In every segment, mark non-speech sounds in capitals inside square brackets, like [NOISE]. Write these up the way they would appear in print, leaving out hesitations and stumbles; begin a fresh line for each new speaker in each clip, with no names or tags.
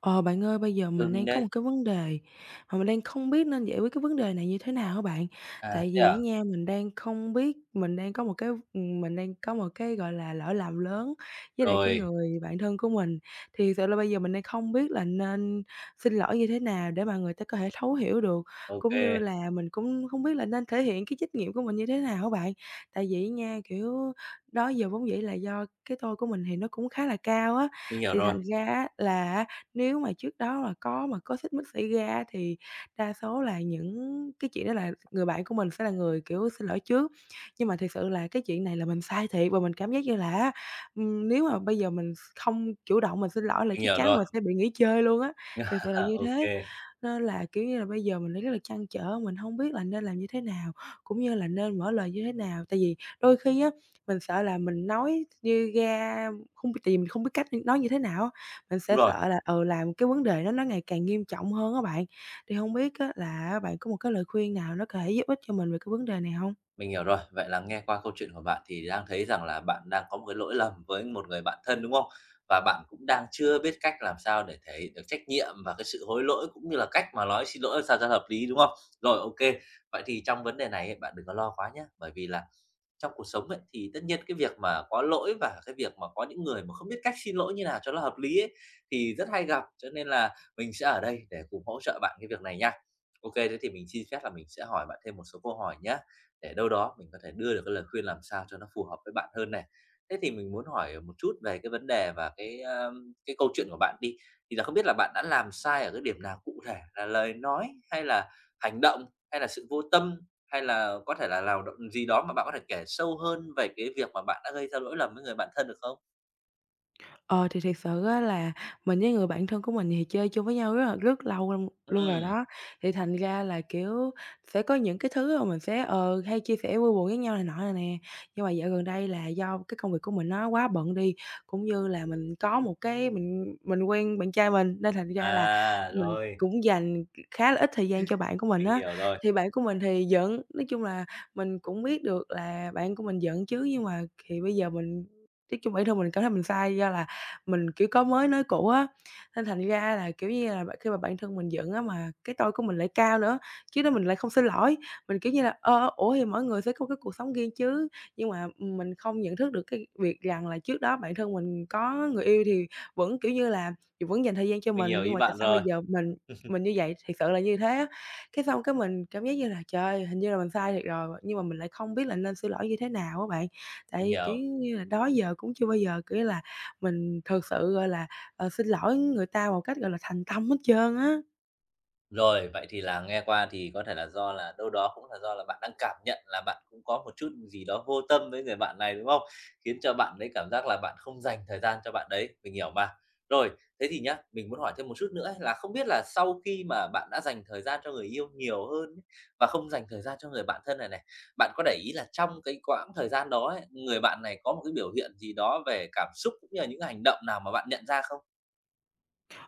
Ờ, Bạn ơi, bây giờ
Ừ,
mình
mình
đang có một
đây.
cái vấn đề mà mình đang không biết nên giải quyết cái vấn đề này như thế nào hả bạn.
À,
Tại
thế
vì á
à?
nha, mình đang không biết mình đang có một cái, mình đang có một cái, gọi là, lỗi lầm lớn với lại cái
Rồi,
người bạn thân của mình. Thì thực sự là bây giờ mình đang không biết là nên xin lỗi như thế nào để mà người ta có thể thấu hiểu được,
ok
cũng như là mình cũng không biết là nên thể hiện cái trách nhiệm của mình như thế nào hả bạn. Tại vì nha, kiểu, đó giờ vốn dĩ là do cái tôi của mình thì nó cũng khá là cao á,
mình hiểu
thì
rồi,
thành ra á là nếu mà trước đó mà có xích mích xảy ra thì đa số là những cái chuyện đó là người bạn của mình sẽ là người, kiểu, xin lỗi trước. Nhưng mà thực sự là cái chuyện này là mình sai thiệt và mình cảm giác như là á, nếu mà bây giờ mình không chủ động mình xin lỗi là
mình
chắc
hiểu
chắn là
rồi.
mình sẽ bị nghỉ chơi luôn á, thiệt
[LAUGHS]
sự là
À,
như
ô
thế. Nên là, kiểu như là, bây giờ mình thấy rất là trăn trở, mình không biết là nên làm như thế nào, cũng như là nên mở lời như thế nào. Tại vì đôi khi á, mình sợ là mình nói như ra không b tại vì mình không biết cách nói như thế nào á, mình sẽ
đúng rồi,
sợ là, làm cái vấn đề đó nó ngày càng nghiêm trọng hơn á bạn. Thì không biết á là bạn có một cái lời khuyên nào nó có thể giúp ích cho mình về cái vấn đề này không?
mình hiểu rồi. Vậy là nghe qua câu chuyện của bạn thì đang thấy rằng là bạn đang có một cái lỗi lầm với một người bạn thân, đúng không? Và bạn cũng đang chưa biết cách làm sao để thể hiện được trách nhiệm và cái sự hối lỗi, cũng như là cách mà nói xin lỗi làm sao cho hợp lý, đúng không? Rồi, ok. Vậy thì trong vấn đề này ấy, bạn đừng có lo quá nhé, bởi vì là trong cuộc sống ấy, thì tất nhiên cái việc mà có lỗi và cái việc mà có những người mà không biết cách xin lỗi như nào cho nó hợp lý ấy, thì rất hay gặp. Cho nên là mình sẽ ở đây để cùng hỗ trợ bạn cái việc này nha. OK, thế thì mình xin phép là mình sẽ hỏi bạn thêm một số câu hỏi nhé, để đâu đó mình có thể đưa được cái lời khuyên làm sao cho nó phù hợp với bạn hơn này. Thế thì mình muốn hỏi một chút về cái vấn đề và cái, a, cái câu chuyện của bạn đi, thì là không biết là bạn đã làm sai ở cái điểm nào cụ thể, là lời nói hay là hành động, hay là sự vô tâm, hay là có thể là lào động gì đó mà bạn có thể kể sâu hơn về cái việc mà bạn đã gây ra lỗi lầm với người bạn thân được không?
Ờ, thì thiệt sự á là mình với người bạn thân của mình thì chơi chung với nhau rất là rất lâu luôn luôn rồi
Ừ,
đó, thì thành ra là, kiểu, sẽ có những cái thứ mà mình sẽ, hay chia sẻ vui buồn với nhau này nọ này nè. Nhưng mà dạo gần đây là do cái công việc của mình nó quá bận đi, cũng như là mình có một cái mình quen bạn trai mình, nên thành ra là
à,
mình cũng dành khá là ít thời gian cho bạn của mình á.
rồi,
Thì bạn của mình thì giận, nói chung là mình cũng biết được là bạn của mình giận chứ, nhưng mà thì bây giờ mình nói chung bản thân mình cảm thấy mình sai do là mình, kiểu, có mới nói cũ á, nên thành ra là, kiểu như là, bạn khi mà bản thân mình giận á mà cái tôi của mình lại cao nữa, chứ đó mình lại không xin lỗi. Mình, kiểu như là, "Ơ, ủa, thì mỗi người sẽ có cái cuộc sống riêng chứ." Nhưng mà, mình không nhận thức được cái việc rằng là trước đó bản thân mình có người yêu thì vẫn, kiểu như là, vẫn dành thời gian cho
mình
mình,
hiểu
nhưng
ý
mà tại
bạn
sao bây
rồi,
giờ mình như vậy, thật sự là như thế á. Cái xong cái mình cảm giác như là "Trời ơi, hình như là mình sai thiệt rồi." Nhưng mà mình lại không biết là nên xin lỗi như thế nào á bạn,
mình
tại, kiểu
hiểu.
như là, đó giờ cũng chưa bao giờ, kiểu là mình thực sự, gọi là, xin lỗi người ta một cách, gọi là, thành tâm hết trơn á.
Rồi, vậy thì là nghe qua thì có thể là do là đâu đó cũng là do là bạn đang cảm nhận là bạn cũng có một chút gì đó vô tâm với người bạn này, đúng không? Khiến cho bạn ấy cảm giác là bạn không dành thời gian cho bạn đấy, mình hiểu mà. Rồi, thế thì nhá, mình muốn hỏi thêm một chút nữa ấy, là không biết là sau khi mà bạn đã dành thời gian cho người yêu nhiều hơn ấy, và không dành thời gian cho người bạn thân này này, bạn có để ý là trong cái quãng thời gian đó ấy, người bạn này có một cái biểu hiện gì đó về cảm xúc cũng như là những hành động nào mà bạn nhận ra không?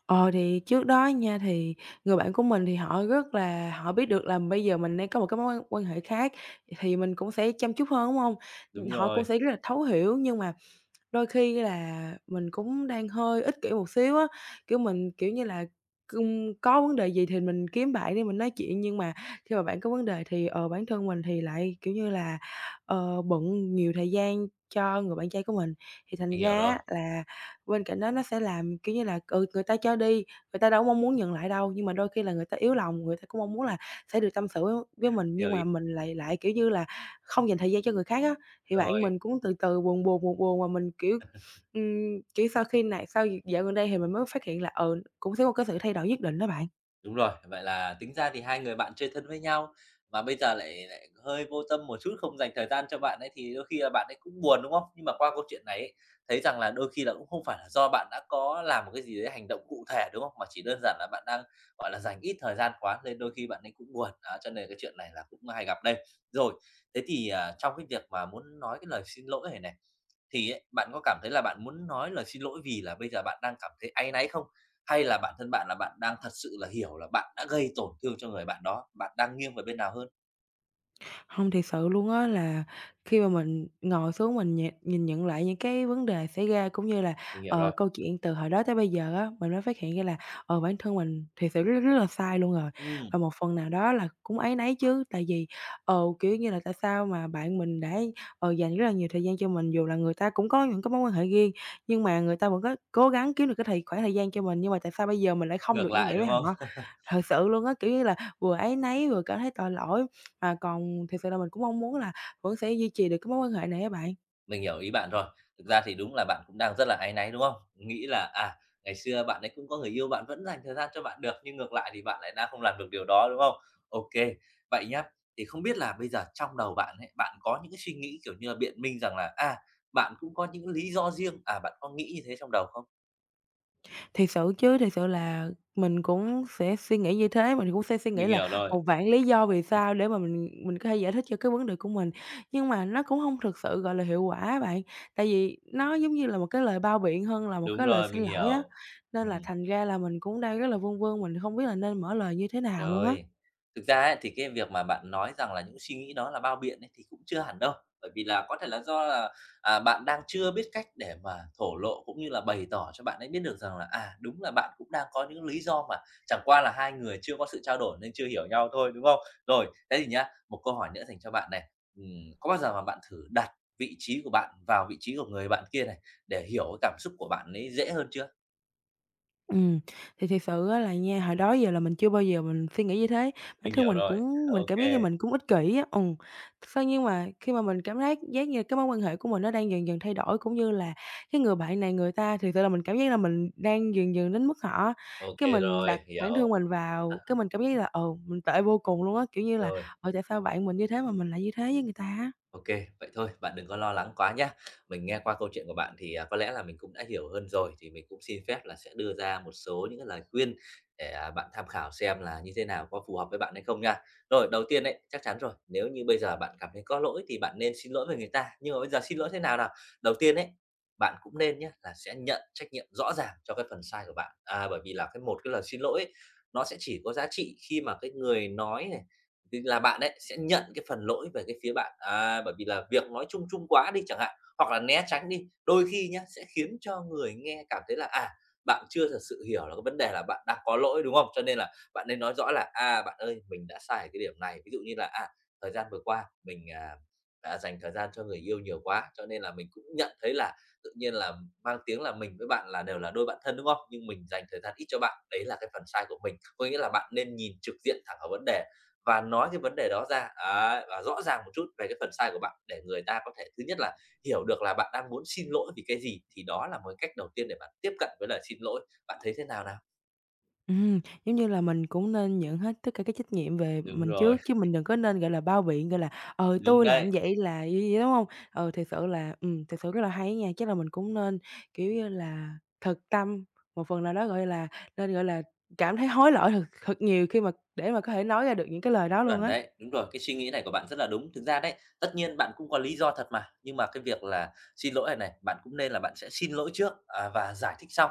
Ờ, thì trước đó nha, thì người bạn của mình thì họ rất là họ biết được là bây giờ mình đang có một cái mối quan quan hệ khác, thì mình cũng sẽ chăm chút hơn, đúng hông?
Đúng
Họ cũng
rồi,
sẽ rất là thấu hiểu nhưng mà đôi khi là mình cũng đang hơi ích kỷ một xíu á, kiểu, mình, kiểu như là, cung có vấn đề gì thì mình kiếm bạn để mình nói chuyện, nhưng mà khi mà bạn có vấn đề thì, bản thân mình thì lại, kiểu như là, bận nhiều thời gian cho người bạn trai của mình. Thì thành
mình hiểu
ra
rồi,
á là bên cạnh đó nó sẽ làm, kiểu như là, người ta cho đi, người ta đâu mong muốn nhận lại đâu, nhưng mà đôi khi là người ta yếu lòng, người ta cũng mong muốn là sẽ được tâm sự với mình,
hiểu
nhưng
ý
mà mình lại lại, kiểu như là, không dành thời gian cho người khác á thì bạn
rồi.
mình cũng từ từ buồn, buồn, buồn, buồn và mình, kiểu, kiểu, sau khi này sau dạo gần đây thì mình mới phát hiện là, cũng sẽ có một cái sự thay đổi nhất định đó bạn.
Đúng rồi, vậy là tính ra thì hai người bạn chơi thân với nhau, mà bây giờ lại lại hơi vô tâm một chút, không dành thời gian cho bạn ấy thì đôi khi là bạn ấy cũng buồn, đúng không? Nhưng mà qua câu chuyện này ấy, thấy rằng là đôi khi là cũng không phải là do bạn đã có làm một cái gì đấy hành động cụ thể, đúng không? Mà chỉ đơn giản là bạn đang, gọi là, dành ít thời gian quá nên đôi khi bạn ấy cũng buồn, đó, cho nên cái chuyện này là cũng hay gặp đây. Rồi, thế thì, à, trong cái việc mà muốn nói cái lời xin lỗi này này, thì ấy, bạn có cảm thấy là bạn muốn nói lời xin lỗi vì là bây giờ bạn đang cảm thấy áy náy không? Hay là bản thân bạn là bạn đang thật sự là hiểu là bạn đã gây tổn thương cho người bạn đó, bạn đang nghiêng về bên nào hơn?
Không thiệt sự luôn á là khi mà mình ngồi xuống mình nh nhìn nhận lại những cái vấn đề xảy ra, cũng như là,
Mình hiểu rồi.
câu chuyện từ hồi đó tới bây giờ á, mình mới phát hiện ra là, bản thân mình thiệt sự rất rất là sai luôn rồi.
Ừm,
Và một phần nào đó là cũng áy náy chứ, tại vì, kiểu như là, tại sao mà bạn mình đã, dành rất là nhiều thời gian cho mình, dù là người ta cũng có những cái mối quan hệ riêng, nhưng mà người ta vẫn có cố gắng kiếm được cái khoảng thời gian cho mình, nhưng mà tại sao bây giờ mình lại không được
ngược
như
lại,
vậy với
đúng
họ?
không? [LAUGHS]
Thật sự luôn á, kiểu như là, vừa áy náy vừa cảm thấy tội lỗi. À, còn thiệt sự là mình cũng mong muốn là vẫn sẽ duy trì được cái mối quan hệ này á bạn.
Mình hiểu ý bạn rồi. Thực ra thì đúng là bạn cũng đang rất là áy náy, đúng không? Nghĩ là, à, ngày xưa bạn ấy cũng có người yêu, bạn vẫn dành thời gian cho bạn được, nhưng ngược lại thì bạn lại đang không làm được điều đó, đúng không? Ok. Vậy nhá, thì không biết là bây giờ trong đầu bạn ấy, bạn có những cái suy nghĩ, kiểu như là, biện minh rằng là, à, bạn cũng có những lý do riêng, à, bạn có nghĩ như thế trong đầu không?
Thiệt sự chứ, thiệt sự là mình cũng sẽ suy nghĩ như thế, mình cũng sẽ suy nghĩ
Mình
là
hiểu rồi.
một vạn lý do vì sao để mà mình có thể giải thích cho cái vấn đề của mình, nhưng mà nó cũng không thực sự, gọi là, hiệu quả á bạn. Tại vì nó giống như là một cái lời bao biện hơn là một
Đúng
cái lời
rồi,
xin
mình
lỗi á,
hiểu.
nên là
Ừm.
thành ra là mình cũng đang rất là vương vương, mình không biết là nên mở lời như thế nào luôn á.
Rồi, thực ra ấy, thì cái việc mà bạn nói rằng là những suy nghĩ đó là bao biện ấy, thì cũng chưa hẳn đâu, bởi vì là có thể là do là, à, bạn đang chưa biết cách để mà thổ lộ cũng như là bày tỏ cho bạn ấy biết được rằng là, à, đúng là bạn cũng đang có những lý do mà chẳng qua là hai người chưa có sự trao đổi nên chưa hiểu nhau thôi, đúng không? Rồi, thế thì nhá, một câu hỏi nữa dành cho bạn này, có bao giờ mà bạn thử đặt vị trí của bạn vào vị trí của người bạn kia này, để hiểu cái cảm xúc của bạn ấy dễ hơn chưa?
Ừm, thì thiệt sự á là nha, hồi đó giờ là mình chưa bao giờ mình suy nghĩ như thế, bản
Mình
thân
hiểu
mình
rồi. [LAUGHS]
cũng
Ok,
mình cảm giác như
ok
mình cũng ích kỷ á. Sao nhưng mà khi mà mình cảm giác giác như cái mối quan hệ của mình nó đang dần dần thay đổi, cũng như là cái người bạn này người ta thì sự là mình cảm giác là mình đang dần dần đến mức họ cái mình đặt
rồi,
bản thân
hiểu.
mình vào,
[LAUGHS]
cái mình cảm giác là, mình tệ vô cùng luôn á, kiểu như là,
Rồi.
"Ừ, tại sao bạn mình như thế mà mình lại như thế với người ta á?"
OK, vậy thôi, bạn đừng có lo lắng quá nhé. Mình nghe qua câu chuyện của bạn thì, à, có lẽ là mình cũng đã hiểu hơn rồi, thì mình cũng xin phép là sẽ đưa ra một số những cái lời khuyên để, à, bạn tham khảo xem là như thế nào, có phù hợp với bạn hay không nha. Rồi, đầu tiên đấy chắc chắn rồi, nếu như bây giờ bạn cảm thấy có lỗi thì bạn nên xin lỗi với người ta, nhưng mà bây giờ xin lỗi thế nào nào? Đầu tiên đấy, bạn cũng nên nhé là sẽ nhận trách nhiệm rõ ràng cho cái phần sai của bạn. À, bởi vì là cái một cái lời xin lỗi ấy, nó sẽ chỉ có giá trị khi mà cái người nói này, thì là bạn ấy sẽ nhận cái phần lỗi về cái phía bạn, à, bởi vì là việc nói chung chung quá đi chẳng hạn, hoặc là né tránh đi, đôi khi nhá, sẽ khiến cho người nghe cảm thấy là, à, bạn chưa thật sự hiểu là cái vấn đề là bạn đang có lỗi, đúng không? Cho nên là bạn nên nói rõ là "À, bạn ơi, mình đã sai ở cái điểm này." Ví dụ như là, à, thời gian vừa qua mình, à, đã dành thời gian cho người yêu nhiều quá, cho nên là mình cũng nhận thấy là tự nhiên là mang tiếng là mình với bạn là đều là đôi bạn thân, đúng không? Nhưng mình dành thời gian ít cho bạn, đấy là cái phần sai của mình. Có nghĩa là bạn nên nhìn trực diện thẳng vào vấn đề và nói cái vấn đề đó ra, ấy, và rõ ràng một chút về cái phần sai của bạn để người ta có thể thứ nhất là hiểu được là bạn đang muốn xin lỗi vì cái gì, thì đó là một cách đầu tiên để bạn tiếp cận với lời xin lỗi. Bạn thấy thế nào nào?
Giống như là mình cũng nên nhận hết tất cả cái trách nhiệm về
Đúng
mình
rồi,
trước, chứ mình đừng có nên, gọi là, bao biện, gọi là "Ờ,
đúng
tôi làm
đấy.
vậy là" vậy vậy, đúng hông? Ừ, thiệt sự là thiệt sự rất là hay á nha, chắc là mình cũng nên, kiểu như là, thực tâm, một phần nào đó, gọi là, nên, gọi là, cảm thấy hối lỗi thật thật nhiều khi mà để mà có thể nói ra được những cái lời đó luôn
Chuẩn
á.
đấy, đúng rồi, cái suy nghĩ này của bạn rất là đúng. Thực ra đấy, tất nhiên bạn cũng có lý do thật mà, nhưng mà cái việc là xin lỗi này này, bạn cũng nên là bạn sẽ xin lỗi trước, à, và giải thích sau,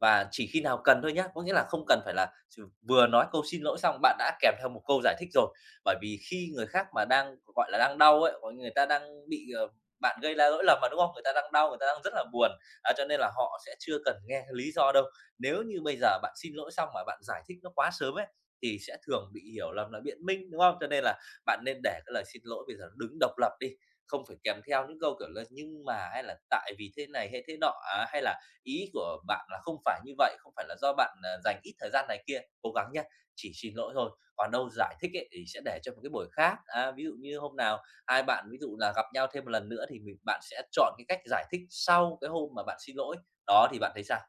và chỉ khi nào cần thôi nhá. Có nghĩa là không cần phải là vừa nói câu xin lỗi xong bạn đã kèm theo một câu giải thích rồi. Bởi vì khi người khác mà đang, gọi là, đang đau ấy, có người ta đang bị, ờ, bạn gây ra lỗi lầm mà, đúng không? Người ta đang đau, người ta đang rất là buồn, à, cho nên là họ sẽ chưa cần nghe lý do đâu. Nếu như bây giờ bạn xin lỗi xong mà bạn giải thích nó quá sớm ấy, thì sẽ thường bị hiểu lầm là biện minh, đúng không? Cho nên là bạn nên để cái lời xin lỗi bây giờ nó đứng độc lập đi, không phải kèm theo những câu, kiểu là "Nhưng mà" hay là "Tại vì thế này" hay thế nọ, à, hay là "Ý của bạn là không phải như vậy, không phải là do bạn, à, dành ít thời gian này kia." Cố gắng nhá, chỉ xin lỗi thôi, còn đâu giải thích ấy thì sẽ để cho một cái buổi khác. À, ví dụ như hôm nào hai bạn ví dụ là gặp nhau thêm một lần nữa thì mình bạn sẽ chọn cái cách giải thích sau cái hôm mà bạn xin lỗi. Đó, thì bạn thấy sao?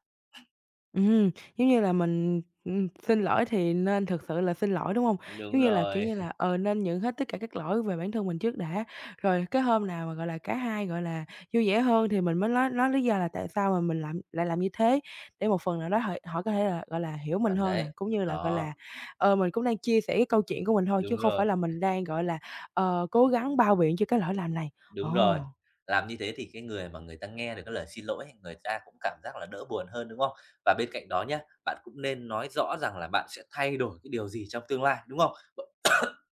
Ừm, giống như là mình, xin lỗi thì nên thực sự là xin lỗi, đúng hông?
Đúng
Giống như là, kiểu
rồi,
như là,
[LAUGHS]
nên nhận hết tất cả các lỗi về bản thân mình trước đã, rồi cái hôm nào mà, gọi là, cả hai, gọi là, vui vẻ hơn thì mình mới nói lý do là tại sao mà mình làm như thế, để một phần nào đó họ họ có thể là, gọi là, hiểu mình
chuẩn
hơn nè,
đấy.
cũng như là, gọi
Đó,
là, mình cũng đang chia sẻ cái câu chuyện của mình thôi, chứ
đúng
không
rồi.
phải là mình đang, gọi là, cố gắng bao biện cho cái lỗi lầm này.
Đúng rồi,
Ồ.
làm như thế thì cái người mà người ta nghe được cái lời xin lỗi, người ta cũng cảm giác là đỡ buồn hơn, đúng không? Và bên cạnh đó nhá, bạn cũng nên nói rõ rằng là bạn sẽ thay đổi cái điều gì trong tương lai, đúng không?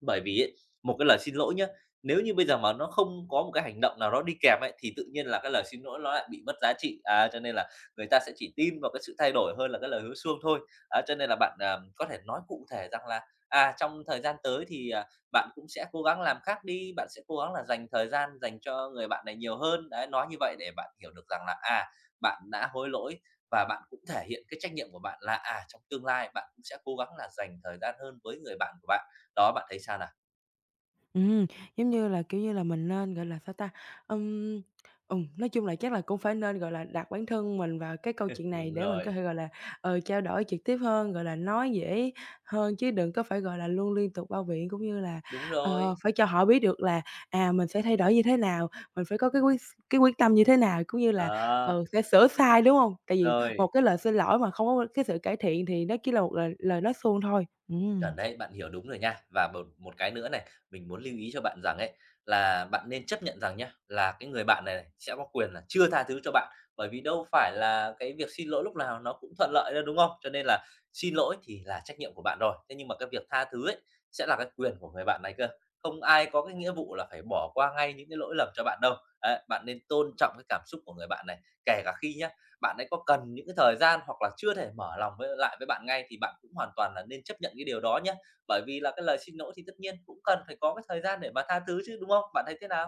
Bởi vì ấy, một cái lời xin lỗi nhá, nếu như bây giờ mà nó không có một cái hành động nào đó đi kèm ấy, thì tự nhiên là cái lời xin lỗi nó lại bị mất giá trị. À, cho nên là người ta sẽ chỉ tin vào cái sự thay đổi hơn là cái lời hứa suông thôi. À, cho nên là bạn, à, có thể nói cụ thể rằng là, à, trong thời gian tới thì, à, bạn cũng sẽ cố gắng làm khác đi, bạn sẽ cố gắng là dành thời gian dành cho người bạn này nhiều hơn. Đấy, nói như vậy để bạn hiểu được rằng là, à, bạn đã hối lỗi và bạn cũng thể hiện cái trách nhiệm của bạn là, à, trong tương lai bạn cũng sẽ cố gắng là dành thời gian hơn với người bạn của bạn. Đó, bạn thấy sao nào?
Ừm, giống như là, kiểu như là, mình nên, gọi là, sao ta, ừm, nói chung là chắc là cũng phải nên, gọi là, đặt bản thân mình vào cái câu chuyện này
Đúng
để mình có
rồi,
thể, gọi là, trao đổi trực tiếp hơn, gọi là, nói dễ hơn chứ đừng có phải, gọi là, luôn liên tục bao biện, cũng như là,
đúng rồi,
phải cho họ biết được là, à, mình sẽ thay đổi như thế nào, mình phải có cái quyết s cái quyết tâm như thế nào, cũng như là,
đó,
sẽ sửa sai, đúng hông? Tại vì một
rồi,
cái lời xin lỗi mà không có cái sự cải thiện thì nó chỉ là một lời lời nói suông thôi. Ừm.
chuẩn đấy, bạn hiểu đúng rồi nha. Và một một cái nữa này, mình muốn lưu ý cho bạn rằng ấy, là bạn nên chấp nhận rằng nhá, là cái người bạn này này sẽ có quyền là chưa tha thứ cho bạn, bởi vì đâu phải là cái việc xin lỗi lúc nào nó cũng thuận lợi đâu, đúng không? Cho nên là xin lỗi thì là trách nhiệm của bạn rồi, thế nhưng mà cái việc tha thứ ấy, sẽ là cái quyền của người bạn này cơ, không ai có cái nghĩa vụ là phải bỏ qua ngay những cái lỗi lầm cho bạn đâu. Đấy, bạn nên tôn trọng cái cảm xúc của người bạn này, kể cả khi nhá bạn ấy có cần những cái thời gian hoặc là chưa thể mở lòng với lại với bạn ngay thì bạn cũng hoàn toàn là nên chấp nhận cái điều đó nhé. Bởi vì là cái lời xin lỗi thì tất nhiên cũng cần phải có cái thời gian để mà tha thứ chứ, đúng không? Bạn thấy thế nào?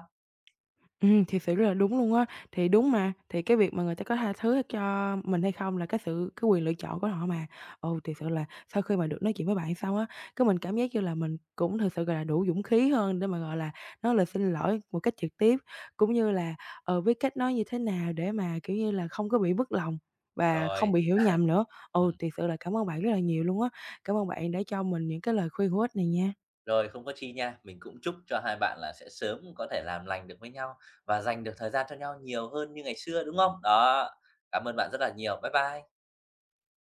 Thiệt sự rất là đúng luôn á. Thì đúng mà, thì cái việc mà người ta có tha thứ cho mình hay không là cái quyền lựa chọn của họ mà. Ừ, thiệt sự là sau khi mà được nói chuyện với bạn xong á, cái mình cảm giác như là mình cũng thực sự, gọi là, đủ dũng khí hơn để mà, gọi là, nói lời xin lỗi một cách trực tiếp, cũng như là, biết cách nói như thế nào để mà, kiểu như là, không có bị mất lòng và không
Rồi,
bị hiểu nhầm nữa. Ừ,
ừm,
thiệt sự là cảm ơn bạn rất là nhiều luôn á. Cảm ơn bạn đã cho mình những cái lời khuyên hữu ích này nha.
rồi không có chi nha. Mình cũng chúc cho hai bạn là sẽ sớm có thể làm lành được với nhau và dành được thời gian cho nhau nhiều hơn như ngày xưa, đúng không? Đó, cảm ơn bạn rất là nhiều. Bye bye.